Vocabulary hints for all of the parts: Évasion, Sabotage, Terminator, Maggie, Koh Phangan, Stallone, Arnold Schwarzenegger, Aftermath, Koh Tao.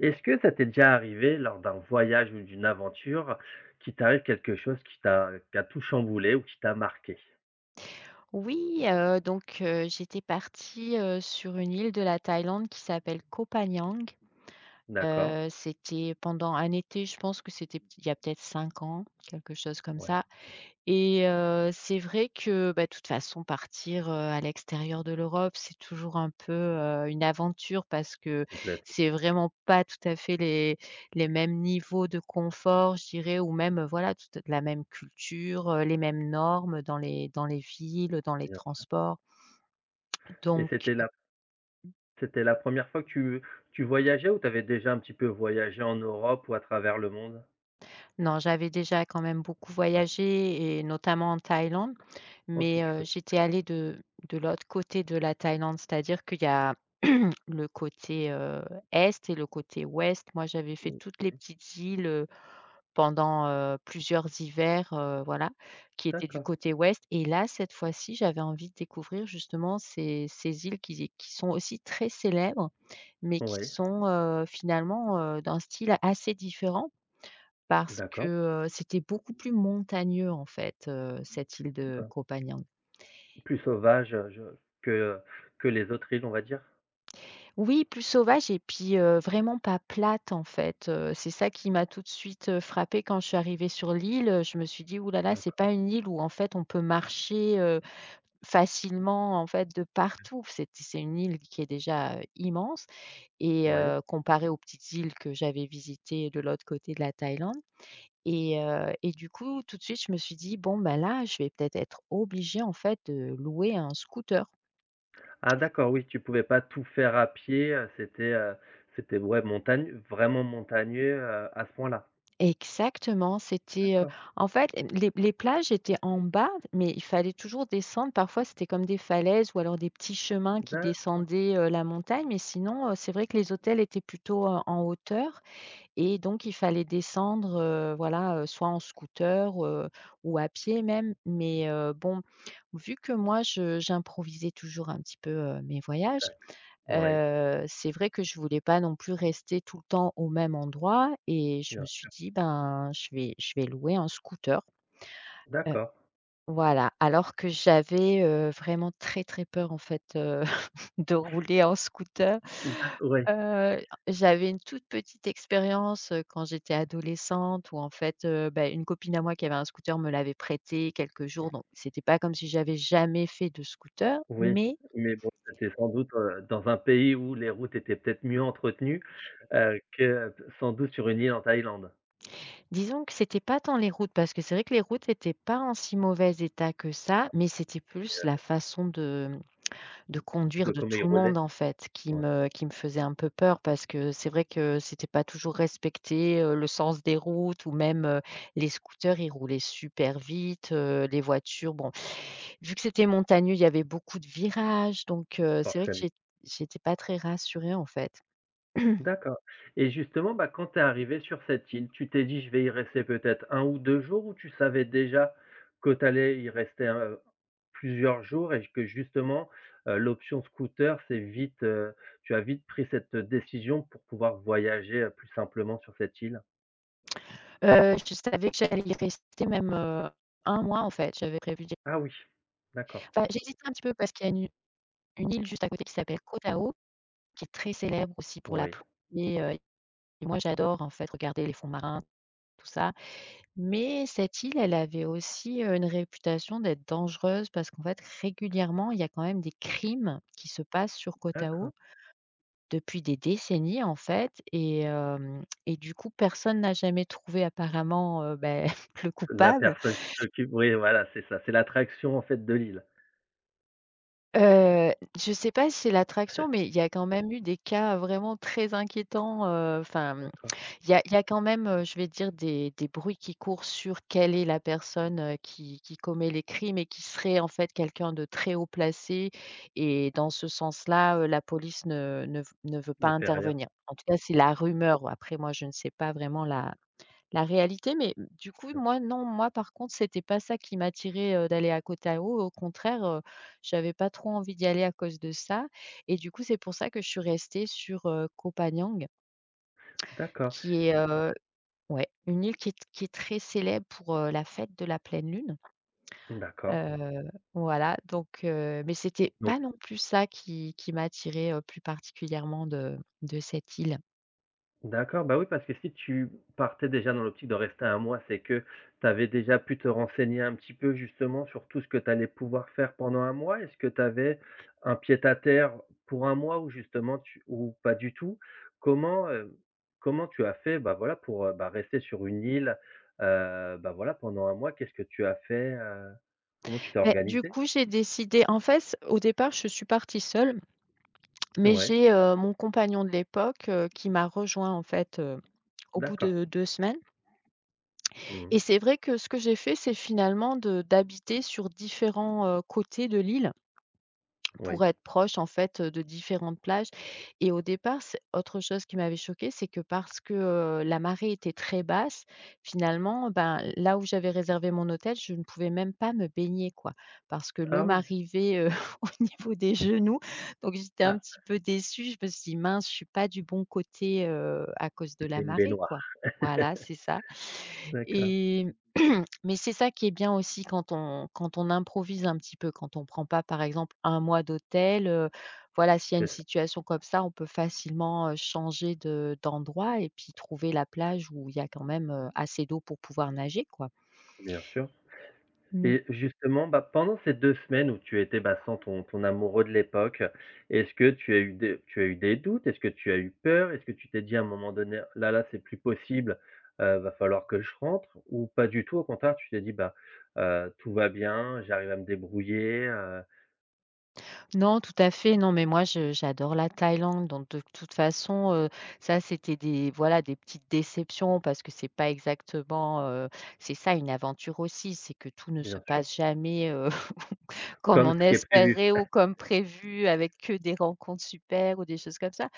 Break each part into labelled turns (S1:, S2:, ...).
S1: Est-ce que ça t'est déjà arrivé lors d'un voyage ou d'une aventure, qu'il t'arrive quelque chose qui a tout chamboulé ou qui t'a marqué?
S2: Oui, donc j'étais partie, sur une île de la Thaïlande qui s'appelle Koh Phangan.
S1: D'accord.
S2: C'était pendant un été, je pense que c'était il y a peut-être 5 ans, quelque chose comme
S1: Ouais.
S2: ça, et c'est vrai que, bah, de toute façon partir, à l'extérieur de l'Europe, c'est toujours un peu, une aventure parce que
S1: Complètement.
S2: c'est vraiment pas tout à fait les mêmes niveaux de confort, je dirais, ou même, voilà, toute la même culture, les mêmes normes dans les villes, dans les
S1: Bien.
S2: transports.
S1: Et
S2: Donc
S1: c'était la première fois que tu voyageais, ou t'avais déjà un petit peu voyagé en Europe ou à travers le monde?
S2: non, j'avais déjà quand même beaucoup
S1: Ouais.
S2: voyagé et notamment en Thaïlande,
S1: OK,
S2: mais
S1: tu connais.
S2: j'étais allée de l'autre côté de la Thaïlande, c'est-à-dire qu'il y a le côté, est, et le côté ouest. Moi, j'avais fait
S1: Mmh,
S2: toutes les petites îles, pendant, plusieurs hivers, voilà, qui étaient du
S1: d'accord.
S2: côté ouest, et là, cette fois-ci, j'avais envie de découvrir justement ces îles qui sont aussi très célèbres, mais qui
S1: Oui,
S2: sont, finalement, d'un style assez différent. Parce
S1: d'accord,
S2: que, c'était beaucoup plus montagneux en fait, cette île de
S1: hein.
S2: Koh Phangan.
S1: Plus sauvage, je que que les autres îles, on va dire?
S2: Oui, plus sauvage, et puis, vraiment pas plate en fait, c'est ça qui m'a tout de suite, frappée quand je suis arrivée sur l'île, je me suis dit: «Ouh là là, c'est
S1: D'accord,
S2: pas une île où en fait on peut marcher, facilement en fait de partout». C'est une île qui est déjà, immense et,
S1: oui.
S2: comparée aux petites îles que j'avais visitées de l'autre côté de la Thaïlande. Et du coup, tout de suite, je me suis dit: «Bon, ben là, je vais peut-être être obligée, en fait, de louer un scooter».
S1: Ah d'accord, oui, tu pouvais pas tout faire à pied, c'était ouais, montagne vraiment montagneux, à ce point-là?
S2: Exactement, c'était,
S1: D'accord.
S2: en fait, les plages étaient en bas, mais il fallait toujours descendre. Parfois, c'était comme des falaises ou alors des petits chemins qui
S1: D'accord.
S2: descendaient, la montagne, mais sinon, c'est vrai que les hôtels étaient plutôt, en hauteur. Et donc il fallait descendre, voilà, soit en scooter, ou à pied même. Mais, bon, vu que moi je j'improvisais toujours un petit peu, mes voyages,
S1: D'accord, ouais.
S2: c'est vrai que je voulais pas non plus rester tout le temps au même endroit, et je
S1: Bien
S2: me
S1: sûr.
S2: suis dit: «Ben, je vais louer un scooter». Heu,
S1: D'accord.
S2: voilà, alors que j'avais, vraiment très, très peur en fait, de rouler en scooter.
S1: Oui,
S2: J'avais une toute petite expérience, quand j'étais adolescente, où en fait, bah, une copine à moi qui avait un scooter me l'avait prêté quelques jours, donc c'était pas comme si j'avais jamais fait de scooter,
S1: oui,
S2: mais
S1: mais bon, c'était sans doute, dans un pays où les routes étaient peut-être mieux entretenues, que sans doute sur une île en Thaïlande,
S2: disons que c'était pas tant les routes parce que c'est vrai que les routes étaient pas en si mauvais état que ça, mais c'était plus la
S1: et
S2: façon de
S1: de
S2: conduire de
S1: comment ils
S2: tout le monde
S1: roulaient.
S2: en fait,
S1: Ouais,
S2: qui me faisait un peu peur parce que c'est vrai que c'était pas toujours respecté, le sens des routes, ou même, les scooters, ils roulaient super vite, les voitures, bon, vu que c'était montagneux, il y avait beaucoup de virages, donc c'est vrai que
S1: forcément.
S2: j'étais pas très rassurée en fait.
S1: D'accord, et justement, bah, quand tu es arrivée sur cette île, tu t'es dit: «Je vais y rester peut-être un ou 2 jours», ou tu savais déjà que tu allais y rester, plusieurs jours et que justement, l'option scooter, c'est vite, tu as vite pris cette décision pour pouvoir voyager, plus simplement sur cette île?
S2: Je savais que j'allais y rester même, 1 mois en fait, j'avais prévu d'y
S1: Ah oui, d'accord.
S2: enfin, j'hésitais un petit peu parce qu'il y a une île juste à côté qui s'appelle Koh, qui est très célèbre aussi pour la
S1: Oui,
S2: plongée, Et moi, j'adore, en fait, regarder les fonds marins, tout ça. Mais cette île, elle avait aussi, une réputation d'être dangereuse parce qu'en fait, régulièrement, il y a quand même des crimes qui se passent sur Koh
S1: d'accord.
S2: depuis des décennies, en fait, et du coup, personne n'a jamais trouvé apparemment, beh, le
S1: La
S2: coupable.
S1: personne qui s'occupe, oui, voilà, c'est ça, c'est l'attraction en fait de l'île.
S2: Heu, je sais pas si c'est l'attraction, mais il y a quand même eu des cas vraiment très inquiétants, enfin.
S1: D'accord.
S2: Il y a quand même, je vais dire des bruits qui courent sur quelle est la personne, qui commet les crimes et qui serait en fait quelqu'un de très haut placé, et dans ce sens-là, la police ne veut pas
S1: Ne fait rien.
S2: intervenir. En tout cas, c'est la rumeur. Après moi, je ne sais pas vraiment la réalité, mais du coup,
S1: Bien sûr.
S2: moi non, moi par contre, c'était pas ça qui m'attirait, d'aller à Kotao. Au contraire, j'avais pas trop envie d'y aller à cause de ça, et du coup, c'est pour ça que je suis restée sur, Koh Phangan,
S1: D'accord.
S2: qui est, ouais, une île qui est très célèbre pour, la fête de la pleine lune.
S1: D'accord.
S2: Heu, voilà donc mais c'était
S1: Donc
S2: pas non plus ça qui m'attirait, plus particulièrement de cette île.
S1: d'accord, bah, oui, parce que si tu partais déjà dans l'optique de rester un mois, c'est que tu avais déjà pu te renseigner un petit peu justement sur tout ce que tu allais pouvoir faire pendant un mois? Est-ce que tu avais un pied-à-terre pour un mois, ou justement tu, ou pas du tout? Comment, comment tu as fait, bah, voilà pour, bah, rester sur une île, bah, voilà pendant un mois? Qu'est-ce que tu as fait, Comment tu t'es
S2: Mais du
S1: organisé?
S2: coup, j'ai décidé en fait, au départ, je suis partie seule, mais
S1: Ouais,
S2: j'ai, mon compagnon de l'époque, qui m'a rejoint en fait, au bout
S1: d'accord.
S2: de 2 semaines.
S1: Mmh.
S2: Et c'est vrai que ce que j'ai fait, c'est finalement de d'habiter sur différents, côtés de l'île
S1: Oui.
S2: pour être proche, en fait, de différentes plages. Et au départ, c'est autre chose qui m'avait choquée, c'est que parce que, la marée était très basse, finalement, ben, là où j'avais réservé mon hôtel, je ne pouvais même pas me baigner, quoi, parce que
S1: Ah
S2: l'eau
S1: oui.
S2: m'arrivait, au niveau des genoux, donc j'étais un
S1: Ah,
S2: petit peu déçue. Je me suis dit: «Mince, je suis pas du bon côté, à cause de
S1: c'était
S2: la
S1: une
S2: marée, quoi».
S1: baignoire.
S2: Voilà, c'est ça.
S1: D'accord.
S2: Et mais c'est ça qui est bien aussi quand on quand on improvise un petit peu, quand on prend pas, par exemple, un mois d'hôtel, voilà, s'il y a
S1: C'est
S2: une
S1: ça,
S2: situation comme ça, on peut facilement, changer de d'endroit et puis trouver la plage où il y a quand même, assez d'eau pour pouvoir nager, quoi.
S1: bien sûr.
S2: Mmh.
S1: Et justement, bah, pendant ces 2 semaines où tu étais, bah, sans ton ton amoureux de l'époque, est-ce que tu as eu des, tu as eu des doutes? Est-ce que tu as eu peur? Est-ce que tu t'es dit à un moment donné: «Là, là, c'est plus possible, va falloir que je rentre», ou pas du tout? Au contraire, tu t'es dit: «Bah, tout va bien, j'arrive à me débrouiller,»
S2: Non, tout à fait, non, mais moi, je j'adore la Thaïlande, donc de toute façon, ça, c'était des, voilà, des petites déceptions parce que c'est pas exactement, c'est ça une aventure aussi, c'est que tout ne se
S1: bien sûr.
S2: passe jamais, comme
S1: Comme ce
S2: on
S1: qui est prévu.
S2: espérait ou comme prévu avec que des rencontres super ou des choses comme ça.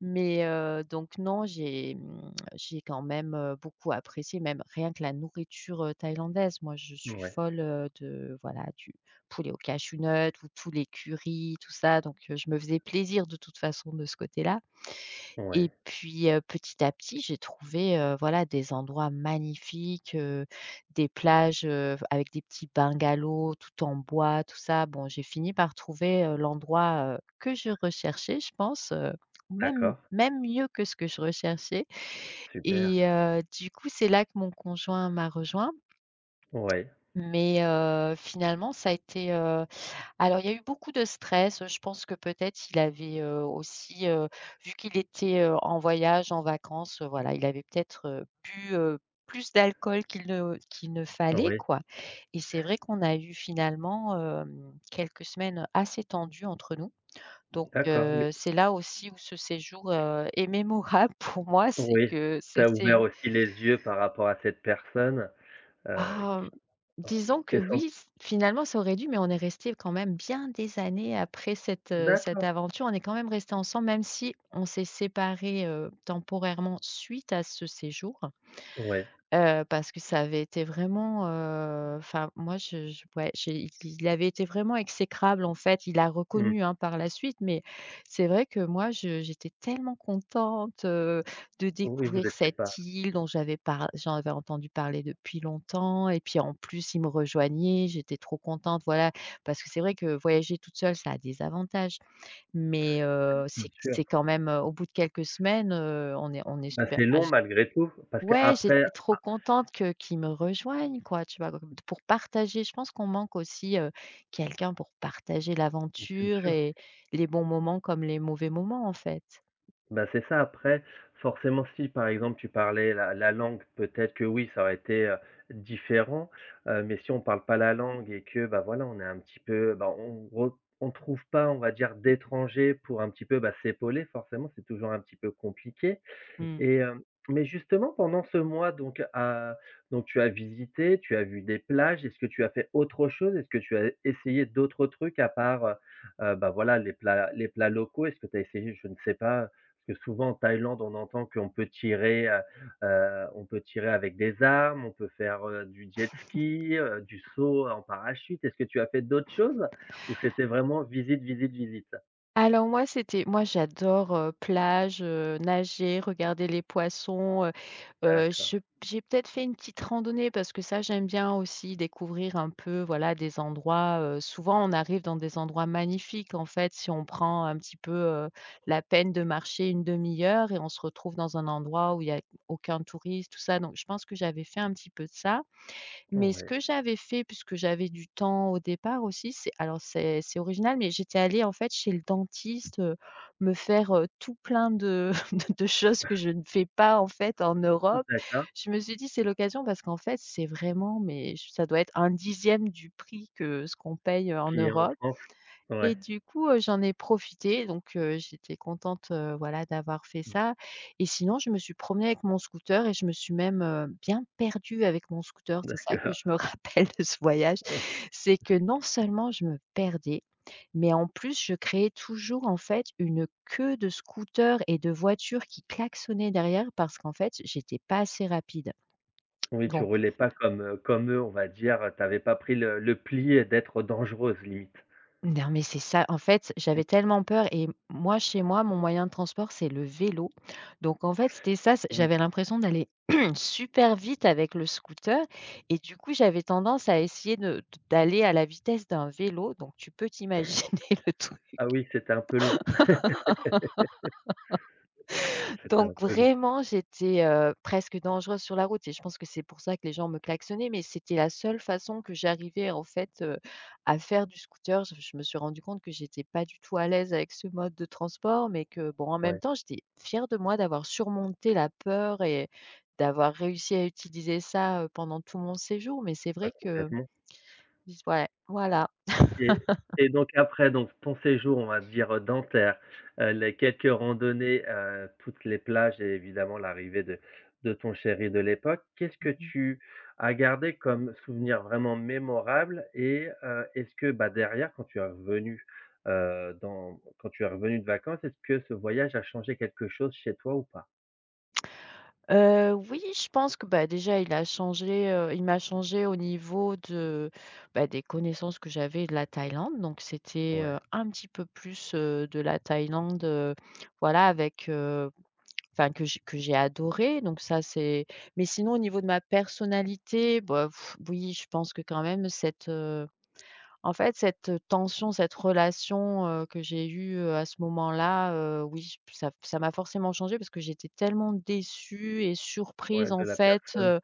S2: Mais donc non, j'ai, mmh, j'ai quand même, beaucoup apprécié, même rien que la nourriture, thaïlandaise. Moi, je suis
S1: Ouais,
S2: folle, de voilà, du poulet au cashew nut ou poulet curry, tout ça, donc je me faisais plaisir de toute façon de ce côté-là. Et
S1: ouais,
S2: puis, petit à petit, j'ai trouvé, voilà, des endroits magnifiques, des plages, avec des petits bungalows tout en bois, tout ça. Bon, j'ai fini par trouver, l'endroit, que je recherchais, je pense, même
S1: d'accord,
S2: mieux que ce que je recherchais,
S1: super.
S2: et du coup, c'est là que mon conjoint m'a rejoint,
S1: Oui,
S2: mais finalement, ça a été, alors, il y a eu beaucoup de stress, je pense que peut-être il avait, aussi, vu qu'il était, en voyage, en vacances, voilà, il avait peut-être, bu, plus d'alcool qu'il ne fallait,
S1: oui,
S2: quoi, et c'est vrai qu'on a eu finalement, hem, quelques semaines assez tendues entre nous. Donc,
S1: d'accord, mais
S2: c'est là aussi où ce séjour, est mémorable pour moi, c'est
S1: oui,
S2: que
S1: tu
S2: c'est
S1: as
S2: assez.
S1: ouvert aussi les yeux par rapport à cette personne, heu,
S2: Ah,
S1: qui
S2: disons
S1: qui
S2: que
S1: est sans...
S2: oui, s finalement ça aurait dû, mais on est resté quand même bien des années après cette, cette
S1: D'accord,
S2: aventure. On est quand même resté ensemble, même si on s'est séparés, temporairement suite à ce séjour.
S1: ouais,
S2: Parce que ça avait été vraiment, enfin moi je ouais, j'ai il avait été vraiment exécrable en fait. Il a
S1: mmh.
S2: reconnu, hein, par la suite, mais c'est vrai que moi je j'étais tellement contente, de
S1: Oui, vous
S2: découvrir
S1: étiez pas...
S2: cette île dont j'en avais entendu parler depuis longtemps et puis en plus il me rejoignait, j'étais trop contente, voilà. Parce que c'est vrai que voyager toute seule ça a des avantages, mais
S1: Bien
S2: c'est q
S1: sûr.
S2: c'est quand même, au bout de quelques semaines, on est
S1: Bah,
S2: super
S1: c'est
S2: enfin.
S1: long malgré tout parce
S2: Ouais,
S1: qu'après.
S2: j'étais trop contente que qu'ils me rejoignent quoi, tu vois? Comme pour partager, je pense qu'on manque aussi, quelqu'un pour partager
S1: Bien
S2: l'aventure
S1: sûr.
S2: et les bons moments comme les mauvais moments, en fait.
S1: Bah, c'est ça, après, forcément, si par exemple tu parlais la langue, peut-être que oui, ça aurait été, différent, mais si on parle pas la langue et que, bah, voilà, on est un petit peu, bah, on re on trouve pas, on va dire, d'étrangers pour un petit peu, bah, s'épauler, forcément, c'est toujours un petit peu compliqué.
S2: Mmh.
S1: Et hem, mais justement pendant ce mois, donc à donc tu as visité, tu as vu des plages, est-ce que tu as fait autre chose? Est-ce que tu as essayé d'autres trucs à part, bah, voilà, les plats locaux? Est-ce que tu as essayé, je ne sais pas, parce que souvent en Thaïlande on entend qu'on peut tirer, on peut tirer avec des armes, on peut faire, du jet ski, du saut en parachute. Est-ce que tu as fait d'autres choses, ou c'était vraiment visite, visite, visite?
S2: Alors moi, c'était moi j'adore, plage, nager, regarder les poissons.
S1: D'accord,
S2: Je J'ai peut-être fait une petite randonnée parce que ça j'aime bien aussi découvrir un peu, voilà, des endroits. Souvent on arrive dans des endroits magnifiques en fait si on prend un petit peu, la peine de marcher une demi heure et on se retrouve dans un endroit où il y a aucun touriste tout ça, donc je pense que j'avais fait un petit peu de ça. Mais ce
S1: ouais,
S2: que j'avais fait, puisque j'avais du temps au départ aussi, c'est, alors c'est, original, mais j'étais allée en fait chez le dentiste, me faire, tout plein de de choses que je ne fais pas en fait en Europe.
S1: d'accord.
S2: Je me suis dit: «C'est l'occasion», parce qu'en fait, c'est vraiment, mais j ça doit être un dixième du prix que ce qu'on paye, en
S1: Qui est en
S2: Europe.
S1: France? Ouais.
S2: Et du coup, j'en ai profité, donc j'étais contente, voilà, d'avoir fait ça. Et sinon je me suis promenée avec mon scooter et je me suis même, bien perdue avec mon scooter. C'est ça que je me rappelle de ce voyage, c'est que non seulement je me perdais, mais en plus je créais toujours, en fait, une queue de scooters et de voitures qui klaxonnaient derrière, parce qu'en fait, j'étais pas assez rapide.
S1: Oui, tu
S2: Donc
S1: roulais pas comme, comme eux, on va dire, tu avais pas pris le pli d'être dangereuse limite.
S2: Non, mais c'est ça. En fait,
S1: Mmh,
S2: j'avais tellement peur et moi, chez moi, mon moyen de transport, c'est le vélo. Donc, en fait, c'était ça.
S1: oui.
S2: J'avais l'impression d'aller super vite avec le scooter. Et du coup, j'avais tendance à essayer d'aller à la vitesse d'un vélo. Donc, tu peux t'imaginer le…
S1: Ah oui, c'était un peu long, c'était un
S2: Donc
S1: peu long,
S2: vraiment, j'étais, presque dangereuse sur la route, et je pense que c'est pour ça que les gens me klaxonnaient, mais c'était la seule façon que j'arrivais, en fait, à faire du scooter. Je me suis rendu compte que j'étais pas du tout à l'aise avec ce mode de transport, mais que, bon, en même
S1: ouais.
S2: temps, j'étais fière de moi d'avoir surmonté la peur et d'avoir réussi à utiliser ça, pendant tout mon séjour. Mais c'est
S1: Ah
S2: vrai que,
S1: complètement.
S2: j ouais, voilà.
S1: Et et donc après, donc ton séjour, on va dire, dentaire, les quelques randonnées, toutes les plages et évidemment l'arrivée de ton chéri de l'époque. Qu'est-ce que tu as gardé comme souvenir vraiment mémorable, et est-ce que, bah, derrière quand tu es revenu, dans quand tu es revenu de vacances, est-ce que ce voyage a changé quelque chose chez toi ou pas?
S2: Oui, je pense que, bah, déjà il a changé, il m'a changé au niveau de, bah, des connaissances que j'avais de la Thaïlande. Donc c'était,
S1: Ouais,
S2: un petit peu plus, de la Thaïlande, voilà, avec, enfin que j'ai adoré, donc ça c'est… Mais sinon au niveau de ma personnalité, bah, pff, oui je pense que quand même cette, en fait, cette tension, cette relation, que j'ai eue, à ce moment-là, oui, j ça m'a forcément changée, parce que j'étais tellement déçue et
S1: ouais,
S2: surprise,
S1: de
S2: en
S1: la
S2: fait,
S1: personne.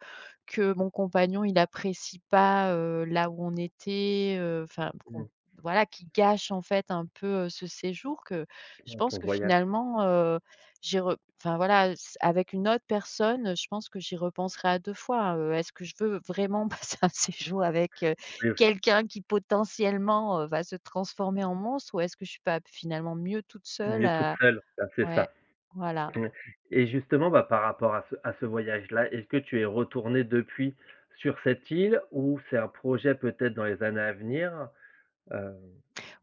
S2: que mon compagnon, il apprécie pas, là où on était, enfin qu'on…
S1: Mmh,
S2: voilà, qui gâche, en fait, un peu, ce séjour. Que je
S1: ouais, ton
S2: pense que
S1: voyage.
S2: finalement, j'y re enfin voilà, s avec une autre personne, je pense que j'y repenserai à 2 fois, hein. Est-ce que je veux vraiment passer un séjour avec
S1: Mieux
S2: quelqu'un qui potentiellement, va se transformer en monstre, ou est-ce que je suis pas finalement mieux toute seule
S1: mieux toute
S2: à…
S1: seule, bah, c'est
S2: ouais,
S1: ça.
S2: voilà.
S1: Mmh, et justement, bah, par rapport à ce voyage-là, est-ce que tu es retourné depuis sur cette île, ou c'est un projet peut-être dans les années à venir? Heu,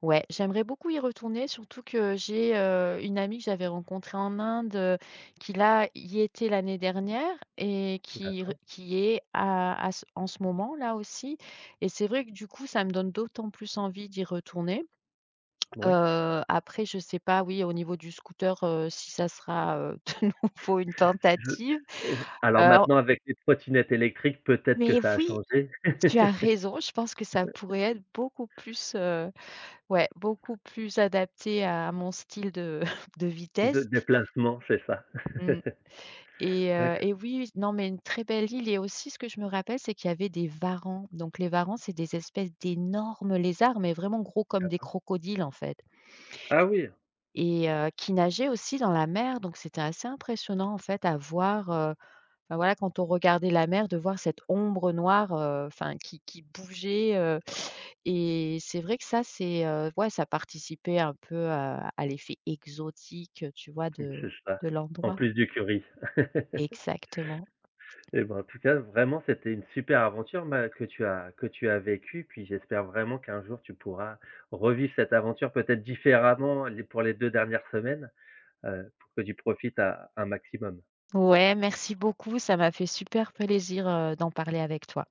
S2: Ouais, j'aimerais beaucoup y retourner, surtout que j'ai, une amie que j'avais rencontrée en Inde, qui là, y était l'année dernière et qui est à ce en ce moment là aussi, et c'est vrai que du coup, ça me donne d'autant plus envie d'y retourner.
S1: ouais,
S2: Après je sais pas, oui, au niveau du scooter, si ça sera, de nouveau une
S1: je
S2: tentative.
S1: oh, alors
S2: Heu
S1: maintenant avec les trottinettes électriques, peut-être que
S2: Mais
S1: ça a
S2: oui,
S1: changé.
S2: tu as raison, je pense que ça pourrait être beaucoup plus, ouais, beaucoup plus adapté à mon style de de
S1: De
S2: vitesse.
S1: déplacement, c'est ça.
S2: Mmh. Et
S1: D'accord.
S2: et oui, oui, non, mais une très belle île. Et aussi ce que je me rappelle, c'est qu'il y avait des varans. Donc les varans, c'est des espèces d'énormes lézards, mais vraiment gros comme des crocodiles, en fait,
S1: Ah oui,
S2: qui nageaient aussi dans la mer. Donc c'était assez impressionnant, en fait, à voir. Enfin, voilà, quand on regardait la mer, de voir cette ombre noire, enfin qui bougeait, heu… et c'est vrai que ça, c'est, ouais, ça participait un peu à l'effet exotique, tu vois,
S1: c'est ça,
S2: de
S1: en
S2: l'endroit.
S1: plus du curry.
S2: Exactement.
S1: Eh ben, en tout cas, vraiment, c'était une super aventure ma que tu as vécue, puis j'espère vraiment qu'un jour tu pourras revivre cette aventure peut-être différemment les pour les 2 dernières semaines, pour que tu profites à un maximum.
S2: Ouais, merci beaucoup, ça m'a fait super plaisir, d'en parler avec toi.